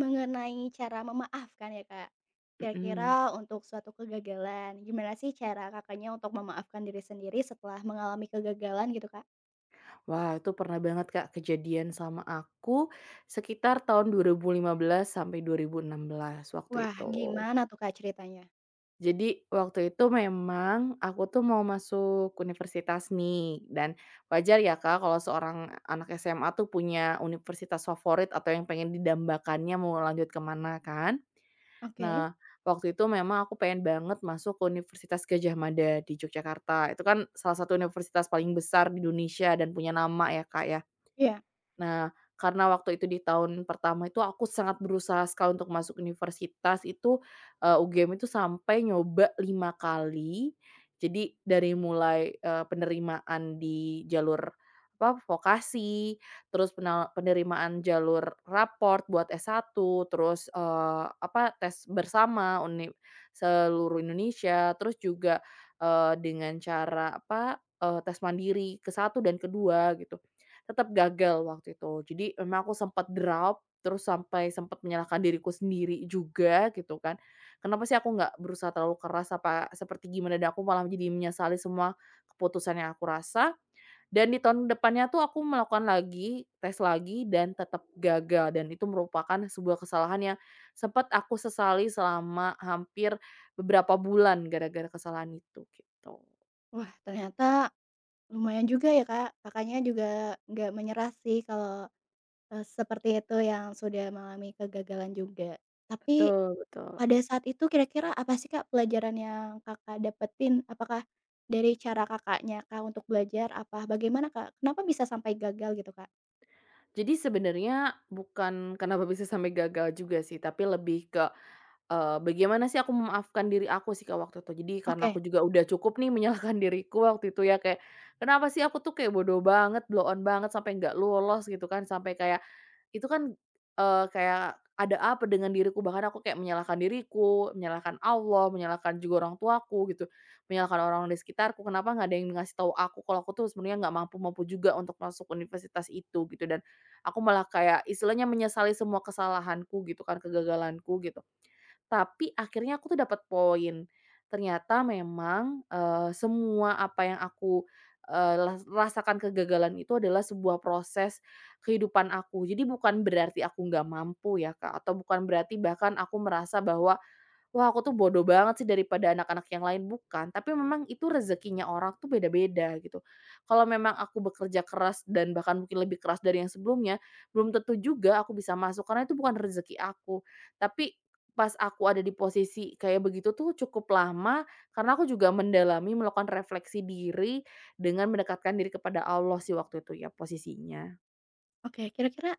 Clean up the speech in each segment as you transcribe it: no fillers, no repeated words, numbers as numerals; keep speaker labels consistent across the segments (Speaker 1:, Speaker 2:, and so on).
Speaker 1: Mengenai cara memaafkan ya, Kak. Kira-kira
Speaker 2: Mhm.
Speaker 1: untuk suatu kegagalan, gimana sih cara Kakaknya untuk memaafkan diri sendiri setelah mengalami kegagalan gitu, Kak?
Speaker 2: Wah, itu pernah banget, Kak, kejadian sama aku sekitar tahun 2015 sampai 2016 waktu
Speaker 1: Wah,
Speaker 2: itu.
Speaker 1: gimana tuh, Kak, ceritanya?
Speaker 2: Jadi waktu itu memang aku tuh mau masuk universitas nih dan wajar ya, Kak, kalau seorang anak SMA tuh punya universitas favorit atau yang pengen didambakannya mau lanjut kemana kan.
Speaker 1: Oke,
Speaker 2: Nah, waktu itu memang aku pengen banget masuk ke Universitas Gajah Mada di Yogyakarta. Itu kan salah satu universitas paling besar di Indonesia dan punya nama ya, Kak, ya.
Speaker 1: iya.
Speaker 2: Nah, karena waktu itu di tahun pertama itu aku sangat berusaha sekali untuk masuk universitas itu, UGM itu sampai nyoba 5 kali. Jadi dari mulai, penerimaan di jalur apa, vokasi, terus penerimaan jalur raport buat satu terus, apa, tes bersama uni seluruh Indonesia, terus juga, dengan cara apa, tes mandiri ke satu dan kedua gitu. Tetap gagal waktu itu. Jadi memang aku sempat drop, terus sampai sempat menyalahkan diriku sendiri juga gitu kan. Kenapa sih aku nggak berusaha terlalu keras apa seperti gimana dan aku malah jadi menyesali semua keputusan yang aku rasa. Dan di tahun depannya tuh aku melakukan lagi, tes lagi dan tetap gagal dan itu merupakan sebuah kesalahan yang sempat aku sesali selama hampir beberapa bulan gara-gara kesalahan itu gitu.
Speaker 1: Wah, ternyata lumayan juga ya, Kak, Kakaknya juga nggak menyerah sih kalau, seperti itu yang sudah mengalami kegagalan juga. Tapi
Speaker 2: Betul betul.
Speaker 1: pada saat itu kira-kira apa sih, Kak, pelajaran yang Kakak dapetin? Apakah dari cara Kakaknya kak untuk belajar? Apa bagaimana, Kak? Kenapa bisa sampai gagal gitu, Kak?
Speaker 2: Jadi sebenarnya bukan kenapa bisa sampai gagal juga sih, tapi lebih ke, bagaimana sih aku memaafkan diri aku sih, Kak, waktu itu. Jadi karena
Speaker 1: Oke
Speaker 2: aku juga udah cukup nih menyalahkan diriku waktu itu ya, kayak, kenapa sih aku tuh kayak bodoh banget, blow on banget sampai nggak lolos gitu kan, sampai kayak itu kan, kayak ada apa dengan diriku, bahkan aku kayak menyalahkan diriku, menyalahkan Allah, menyalahkan juga orang tuaku gitu, menyalahkan orang-orang di sekitarku, kenapa nggak ada yang ngasih tahu aku kalau aku tuh sebenarnya nggak mampu-mampu juga untuk masuk universitas itu gitu, dan aku malah kayak istilahnya menyesali semua kesalahanku gitu kan, kegagalanku gitu. Tapi akhirnya aku tuh dapat poin. Ternyata memang, semua apa yang aku, eee, las rasakan kegagalan itu adalah sebuah proses kehidupan aku. Jadi bukan berarti aku nggak mampu ya, Kak, atau bukan berarti bahkan aku merasa bahwa wah, aku tuh bodoh banget sih daripada anak-anak yang lain, bukan. Tapi memang itu rezekinya orang tuh beda-beda gitu. Kalau memang aku bekerja keras dan bahkan mungkin lebih keras dari yang sebelumnya, belum tentu juga aku bisa masuk karena itu bukan rezeki aku. Tapi pas aku ada di posisi kayak begitu tuh cukup lama karena aku juga mendalami melakukan refleksi diri dengan mendekatkan diri kepada Allah sih waktu itu ya posisinya.
Speaker 1: oke. Kira-kira,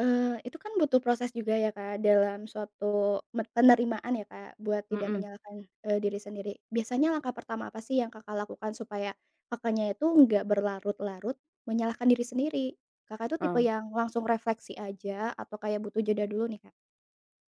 Speaker 1: itu kan butuh proses juga ya, Kak, dalam suatu me penerimaan ya, Kak, buat tidak
Speaker 2: Mhm.
Speaker 1: menyalahkan, diri sendiri. Biasanya langkah pertama apa sih yang Kakak lakukan supaya Kakaknya itu nggak berlarut-larut menyalahkan diri sendiri? Kakak itu tipe yang langsung refleksi aja atau kayak butuh jeda dulu nih, Kak?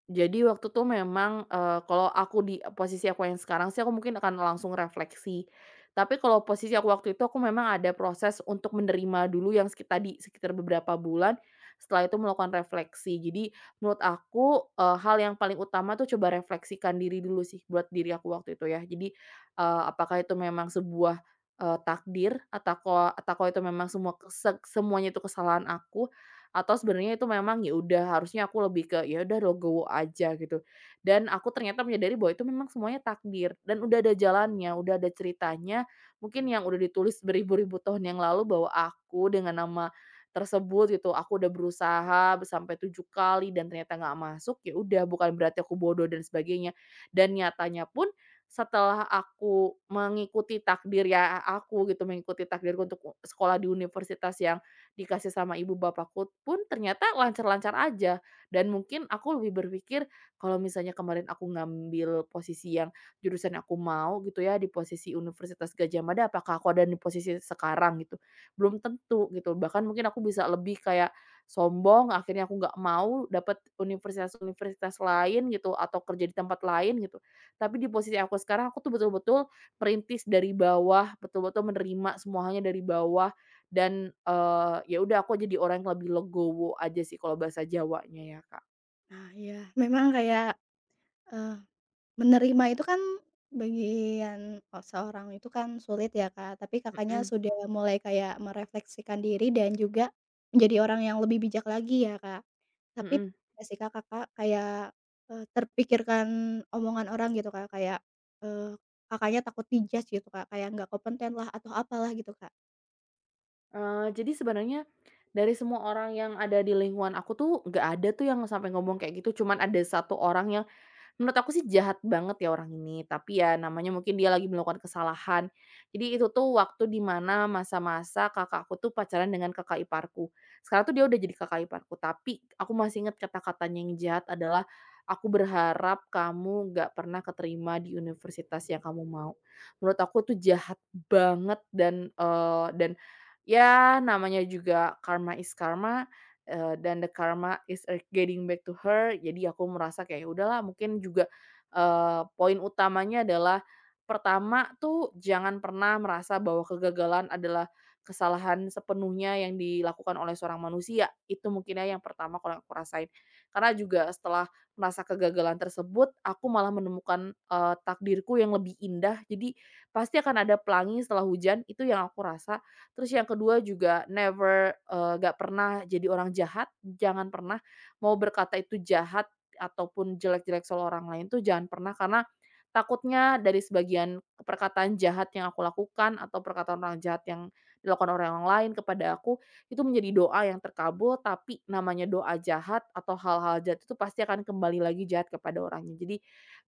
Speaker 2: Jadi waktu tuh memang, kalau aku di posisi aku yang sekarang sih, aku mungkin akan langsung refleksi. Tapi kalau posisi aku waktu itu, aku memang ada proses untuk menerima dulu yang tadi, sekitar beberapa bulan, setelah itu melakukan refleksi. Jadi menurut aku, hal yang paling utama tuh coba refleksikan diri dulu sih, buat diri aku waktu itu ya. Jadi, apakah itu memang sebuah, takdir atau ko itu memang semua semuanya itu kesalahan aku atau sebenarnya itu memang ya udah harusnya aku lebih ke, ya udah legowo aja gitu. Dan aku ternyata menyadari bahwa itu memang semuanya takdir dan udah ada jalannya, udah ada ceritanya, mungkin yang udah ditulis beribu-ribu tahun yang lalu bahwa aku dengan nama tersebut gitu, aku udah berusaha sampai 7 kali dan ternyata nggak masuk, ya udah bukan berarti aku bodoh dan sebagainya. Dan nyatanya pun setelah aku mengikuti takdir ya aku gitu, mengikuti takdirku untuk sekolah di universitas yang dikasih sama ibu bapakku pun ternyata lancar-lancar aja. Dan mungkin aku lebih berpikir kalau misalnya kemarin aku ngambil posisi yang jurusan yang aku mau gitu ya, di posisi Universitas Gajah Mada, apakah aku ada di posisi sekarang gitu? Belum tentu gitu. Bahkan mungkin aku bisa lebih kayak sombong, akhirnya aku nggak mau dapat universitas-universitas lain gitu, atau kerja di tempat lain gitu. Tapi di posisi aku sekarang, aku tuh betul-betul merintis dari bawah, betul-betul menerima semuanya dari bawah dan, ya udah aku jadi orang yang lebih legowo aja sih kalau bahasa Jawanya ya, Kak.
Speaker 1: Nah, iya. Memang kayak Eee, menerima itu kan bagian o seorang itu kan sulit ya, Kak, tapi Kakaknya
Speaker 2: Mhm
Speaker 1: sudah mulai kayak merefleksikan diri dan juga menjadi orang yang lebih bijak lagi ya, Kak. Tapi
Speaker 2: mhm.
Speaker 1: nggak sih, Kak, Kakak kayak, terpikirkan omongan orang gitu, Kak, kayak, eee, Kakaknya takut di gitu, Kak, kayak nggak kompeten lah atau apalah gitu, Kak?
Speaker 2: Jadi sebenarnya dari semua orang yang ada di lingkungan aku tuh nggak ada tuh yang sampai ngomong kayak gitu, cuman ada satu orang yang menurut aku sih jahat banget ya orang ini, tapi ya namanya mungkin dia lagi melakukan kesalahan. Jadi itu tuh waktu di mana masa-masa kakakku tuh pacaran dengan kakak iparku. Sekarang tuh dia udah jadi kakak iparku, tapi aku masih ingat kata-katanya yang jahat adalah, "Aku berharap kamu gak pernah keterima di universitas yang kamu mau." Menurut aku tuh jahat banget dan ya namanya juga karma is karma. Eee, dan the karma is getting back to her. Jadi aku merasa kayak, ya udahlah mungkin juga, poin utamanya adalah pertama tuh jangan pernah merasa bahwa kegagalan adalah kesalahan sepenuhnya yang dilakukan oleh seorang manusia. Itu mungkin ya yang pertama kalau aku rasain. Karena juga setelah merasa kegagalan tersebut, aku malah menemukan, takdirku yang lebih indah. Jadi pasti akan ada pelangi setelah hujan, itu yang aku rasa. Terus yang kedua juga never, nggak pernah jadi orang jahat, jangan pernah mau berkata itu jahat ataupun jelek-jelek soal orang lain tuh jangan pernah, karena takutnya dari sebagian perkataan jahat yang aku lakukan atau perkataan orang jahat yang dilakukan orang lain kepada aku, itu menjadi doa yang terkabul, tapi namanya doa jahat atau hal-hal jahat itu pasti akan kembali lagi jahat kepada orangnya. Jadi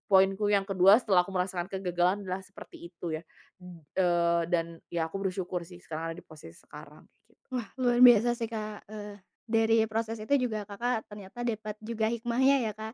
Speaker 2: poinku yang kedua setelah aku merasakan kegagalan adalah seperti itu ya. Dan ya aku bersyukur sih sekarang ada di posisi sekarang, kayak gitu.
Speaker 1: Wah, luar biasa sih, Kak, dari proses itu juga Kakak ternyata dapat juga hikmahnya ya, Kak,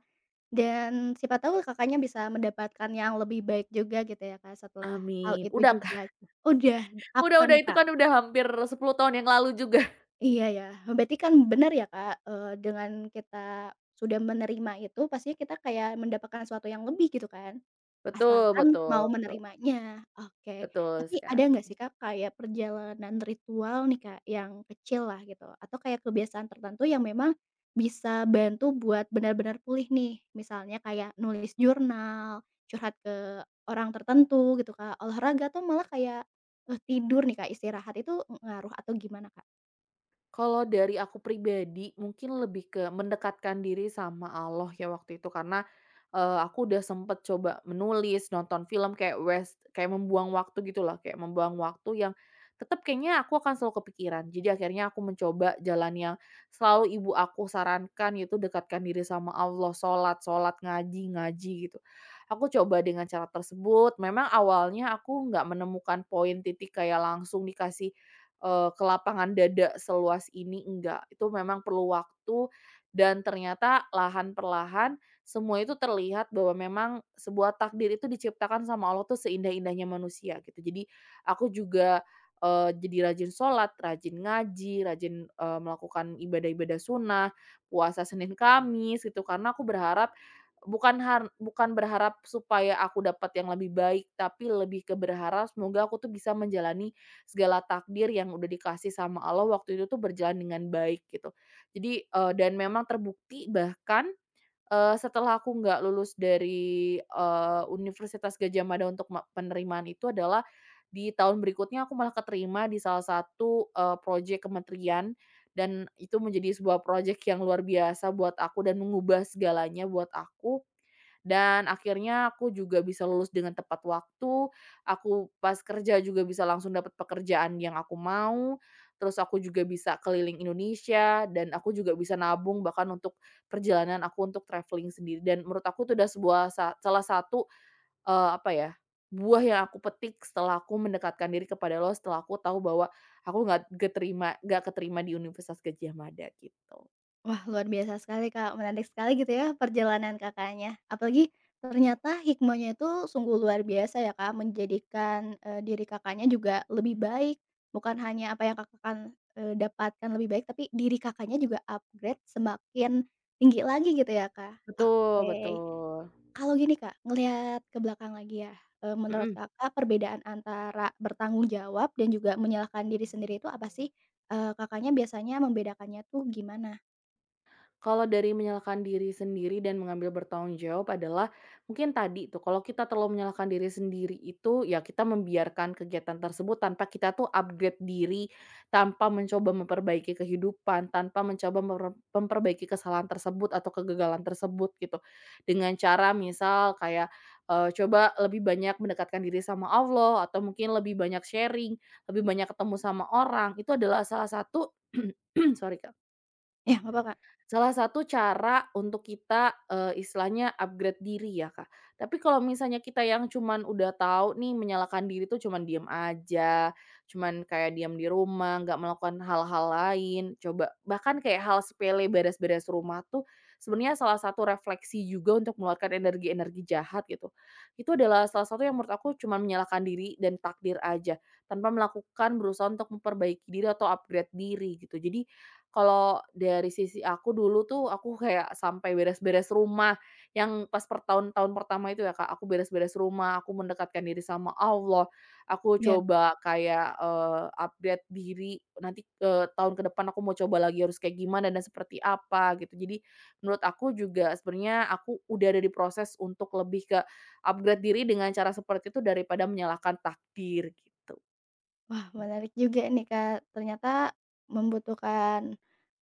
Speaker 1: dan siapa tahu Kakaknya bisa mendapatkan yang lebih baik juga gitu ya, Kak, setelah hal
Speaker 2: Amin.
Speaker 1: itu
Speaker 2: Udah
Speaker 1: juga.
Speaker 2: Kak,
Speaker 1: Oh, udah,
Speaker 2: udah
Speaker 1: apa
Speaker 2: udah
Speaker 1: nih,
Speaker 2: itu
Speaker 1: Kak?
Speaker 2: kan udah hampir 10 tahun yang lalu juga.
Speaker 1: Iya ya, berarti kan benar ya, Kak, dengan kita sudah menerima itu pastinya kita kayak mendapatkan sesuatu yang lebih gitu kan?
Speaker 2: Betul
Speaker 1: Asalkan
Speaker 2: betul
Speaker 1: mau
Speaker 2: betul.
Speaker 1: menerimanya, oke.
Speaker 2: Betul
Speaker 1: Tapi ada nggak sih,
Speaker 2: sekali.
Speaker 1: Kak, kayak perjalanan ritual nih, Kak, yang kecil lah gitu, atau kayak kebiasaan tertentu yang memang bisa bantu buat benar-benar pulih nih? Misalnya kayak nulis jurnal, curhat ke orang tertentu gitu, Kak, olahraga atau malah kayak, tidur nih, Kak, istirahat itu ngaruh atau gimana, Kak?
Speaker 2: Kalau dari aku pribadi, mungkin lebih ke mendekatkan diri sama Allah ya waktu itu karena, aku udah sempet coba menulis, nonton film kayak West, kayak membuang waktu gitu loh, kayak membuang waktu yang tetap kayaknya aku akan selalu kepikiran. Jadi akhirnya aku mencoba jalan yang selalu ibu aku sarankan yaitu dekatkan diri sama Allah, sholat sholat, ngaji ngaji, gitu. Aku coba dengan cara tersebut, memang awalnya aku nggak menemukan poin titik kayak langsung dikasih ke lapangan dada seluas ini, enggak. Itu memang perlu waktu dan ternyata perlahan semua itu terlihat bahwa memang sebuah takdir itu diciptakan sama Allah tuh seindah-indahnya manusia gitu. Jadi aku juga, jadi rajin sholat, rajin ngaji, rajin, melakukan ibadah-ibadah sunnah, puasa Senin Kamis gitu, karena aku berharap bukan berharap supaya aku dapat yang lebih baik, tapi lebih ke berharap semoga aku tuh bisa menjalani segala takdir yang udah dikasih sama Allah waktu itu tuh berjalan dengan baik gitu. Jadi, dan memang terbukti bahkan, setelah aku nggak lulus dari, Universitas Gajah Mada untuk penerimaan itu adalah di tahun berikutnya aku malah keterima di salah satu, projek kementerian dan itu menjadi sebuah proyek yang luar biasa buat aku dan mengubah segalanya buat aku, dan akhirnya aku juga bisa lulus dengan tepat waktu, aku pas kerja juga bisa langsung dapat pekerjaan yang aku mau, terus aku juga bisa keliling Indonesia, dan aku juga bisa nabung bahkan untuk perjalanan aku untuk traveling sendiri. Dan menurut aku itu udah sebuah salah satu, apa ya, buah yang aku petik setelah aku mendekatkan diri kepada lo setelah aku tahu bahwa aku nggak keterima di Universitas Gadjah Mada gitu.
Speaker 1: Wah, luar biasa sekali, Kak. Menarik sekali gitu ya perjalanan Kakaknya. Apalagi ternyata hikmahnya itu sungguh luar biasa ya, Kak, menjadikan, diri Kakaknya juga lebih baik. Bukan hanya apa yang Kakak kan, dapatkan lebih baik, tapi diri Kakaknya juga upgrade semakin tinggi lagi gitu ya, Kak.
Speaker 2: Betul Mmm.
Speaker 1: Oke.
Speaker 2: betul.
Speaker 1: Kalau gini, Kak, ngelihat ke belakang lagi ya, menurut
Speaker 2: Mhm.
Speaker 1: Kakak perbedaan antara bertanggung jawab dan juga menyalahkan diri sendiri itu apa sih? Kakaknya biasanya membedakannya tuh gimana?
Speaker 2: Kalau dari menyalahkan diri sendiri dan mengambil bertanggung jawab adalah, mungkin tadi tuh, kalau kita terlalu menyalahkan diri sendiri itu, ya kita membiarkan kegiatan tersebut tanpa kita tuh upgrade diri, tanpa mencoba memperbaiki kehidupan, tanpa mencoba memperbaiki kesalahan tersebut atau kegagalan tersebut gitu. Dengan cara misal kayak, coba lebih banyak mendekatkan diri sama Allah, atau mungkin lebih banyak sharing, lebih banyak ketemu sama orang, itu adalah salah satu sorry, Kak.
Speaker 1: Ya, apa, Kak.
Speaker 2: Salah satu cara untuk kita, istilahnya upgrade diri ya, Kak. Tapi kalau misalnya kita yang cuman udah tahu nih menyalahkan diri tuh cuman diem aja, cuman kayak diam di rumah, nggak melakukan hal-hal lain, coba bahkan kayak hal sepele beres-beres rumah tuh sebenarnya salah satu refleksi juga untuk mengeluarkan energi-energi jahat gitu. Itu adalah salah satu yang menurut aku cuman menyalahkan diri dan takdir aja, tanpa melakukan berusaha untuk memperbaiki diri atau upgrade diri gitu. Jadi kalau dari sisi aku dulu tuh, aku kayak sampai beres-beres rumah, yang pas per tahun-tahun pertama itu ya, Kak, aku beres-beres rumah, aku mendekatkan diri sama Allah, aku
Speaker 1: Iya.
Speaker 2: coba kayak, upgrade diri, nanti, tahun ke depan aku mau coba lagi harus kayak gimana dan seperti apa gitu. Jadi menurut aku juga sebenarnya aku udah ada di proses untuk lebih ke upgrade diri dengan cara seperti itu daripada menyalahkan takdir gitu.
Speaker 1: Wah, menarik juga nih, Kak. Ternyata membutuhkan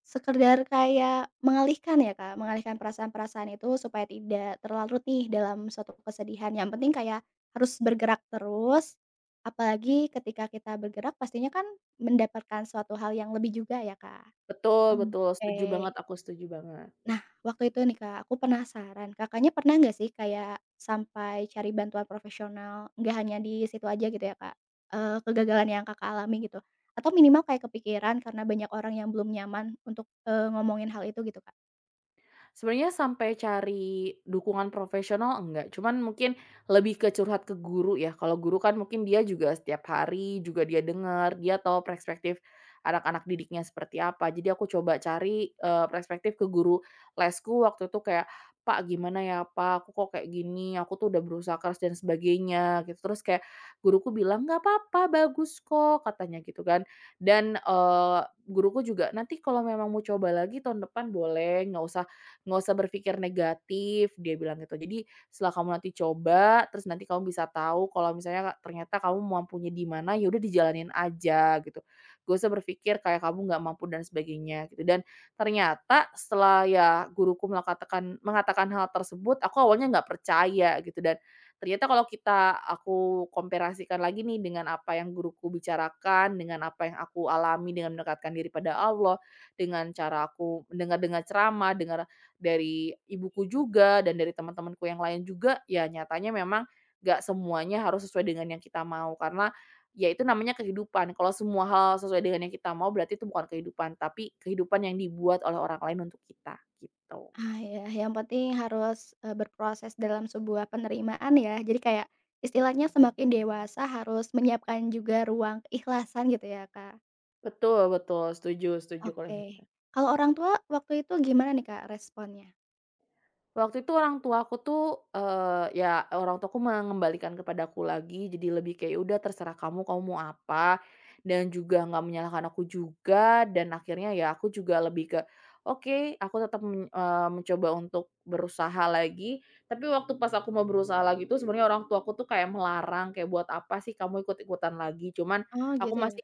Speaker 1: sekedar kayak mengalihkan ya, Kak, mengalihkan perasaan-perasaan itu supaya tidak terlarut nih dalam suatu kesedihan. Yang penting kayak harus bergerak terus, apalagi ketika kita bergerak pastinya kan mendapatkan suatu hal yang lebih juga ya, Kak.
Speaker 2: Betul
Speaker 1: Mmm.
Speaker 2: betul, setuju
Speaker 1: Oke.
Speaker 2: banget, aku setuju banget.
Speaker 1: Nah, waktu itu nih, Kak, aku penasaran, Kakaknya pernah nggak sih kayak sampai cari bantuan profesional, nggak hanya di situ aja gitu ya, Kak, kegagalan yang Kakak alami gitu? Atau minimal kayak kepikiran karena banyak orang yang belum nyaman untuk, ngomongin hal itu gitu, Kak?
Speaker 2: Sebenarnya sampai cari dukungan profesional enggak, cuman mungkin lebih ke curhat ke guru ya. Kalau guru kan mungkin dia juga setiap hari juga dia dengar, dia tahu perspektif anak-anak didiknya seperti apa. Jadi aku coba cari, perspektif ke guru lesku waktu itu kayak, "Pak gimana ya Pak, aku kok kayak gini, aku tuh udah berusaha keras dan sebagainya," gitu. Terus kayak guruku bilang, "Nggak apa-apa, bagus kok," katanya gitu kan. Dan, guruku juga, "Nanti kalau memang mau coba lagi tahun depan boleh, nggak usah berpikir negatif," dia bilang gitu. Jadi setelah kamu nanti coba, terus nanti kamu bisa tahu kalau misalnya ternyata kamu mampunya di mana, ya udah dijalanin aja gitu. Nggak usah berpikir kayak kamu nggak mampu dan sebagainya gitu. Dan ternyata setelah ya guruku mengatakan mengatakan hal tersebut, aku awalnya nggak percaya gitu dan ternyata kalau aku komparasikan lagi nih dengan apa yang guruku bicarakan, dengan apa yang aku alami dengan mendekatkan diri pada Allah, dengan cara aku mendengar dengan ceramah, dengan dari ibuku juga dan dari teman-temanku yang lain juga, ya nyatanya memang nggak semuanya harus sesuai dengan yang kita mau, karena ya itu namanya kehidupan. Kalau semua hal sesuai dengan yang kita mau berarti itu bukan kehidupan, tapi kehidupan yang dibuat oleh orang lain untuk kita, gitu.
Speaker 1: Ah, ya yang penting harus, berproses dalam sebuah penerimaan ya. Jadi kayak istilahnya semakin dewasa harus menyiapkan juga ruang keikhlasan gitu ya, Kak?
Speaker 2: Betul betul, setuju setuju kalau
Speaker 1: Oke.
Speaker 2: yang itu.
Speaker 1: Kalau orang tua waktu itu gimana nih, Kak, responnya?
Speaker 2: Waktu itu orang tuaku tuh, ya orang tuaku mengembalikan kepadaku lagi, jadi lebih kayak, "Ya udah terserah kamu, kamu mau apa," dan juga nggak menyalahkan aku juga, dan akhirnya ya aku juga lebih ke, "Oke," aku tetap mencoba untuk berusaha lagi, tapi waktu pas aku mau berusaha lagi tuh sebenarnya orang tuaku tuh kayak melarang, kayak, "Buat apa sih kamu ikut-ikutan lagi?" Cuman
Speaker 1: Oh
Speaker 2: aku
Speaker 1: gitu ya?
Speaker 2: masih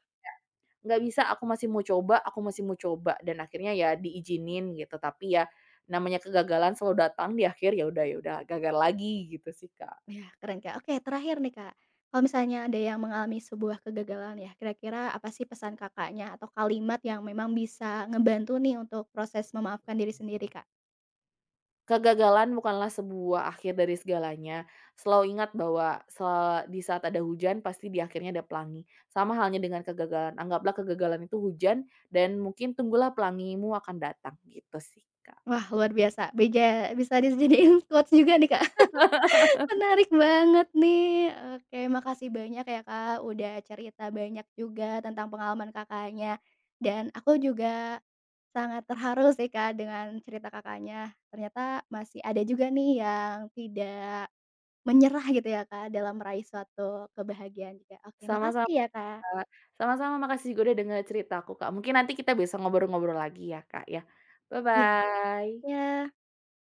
Speaker 2: Nggak bisa, aku masih mau coba aku masih mau coba, dan akhirnya ya diizinin gitu. Tapi ya, namanya kegagalan selalu datang di akhir, ya udah gagal lagi gitu sih, Kak.
Speaker 1: Iya, keren, Kak. Oke, terakhir nih, Kak. Kalau misalnya ada yang mengalami sebuah kegagalan ya, kira-kira apa sih pesan Kakaknya atau kalimat yang memang bisa ngebantu nih untuk proses memaafkan diri sendiri, Kak?
Speaker 2: Kegagalan bukanlah sebuah akhir dari segalanya. Selalu ingat bahwa di saat ada hujan pasti di akhirnya ada pelangi. Sama halnya dengan kegagalan, anggaplah kegagalan itu hujan dan mungkin tunggulah pelangimu akan datang, gitu sih, Kak.
Speaker 1: Wah, luar biasa. Bija bisa dijadiin quotes juga nih, Kak. Menarik banget nih. Oke, makasih banyak ya, Kak, udah cerita banyak juga tentang pengalaman Kakaknya. Dan aku juga sangat terharu sih, Kak, dengan cerita Kakaknya. Ternyata masih ada juga nih yang tidak menyerah gitu ya, Kak, dalam meraih suatu kebahagiaan juga. Oke, makasih
Speaker 2: Sama-sama.
Speaker 1: ya, Kak.
Speaker 2: Kak. Sama-sama makasih juga udah denger ceritaku, Kak. Mungkin nanti kita bisa ngobrol-ngobrol lagi ya, Kak, ya.
Speaker 1: Iya.
Speaker 2: Bye-bye.
Speaker 1: Iya.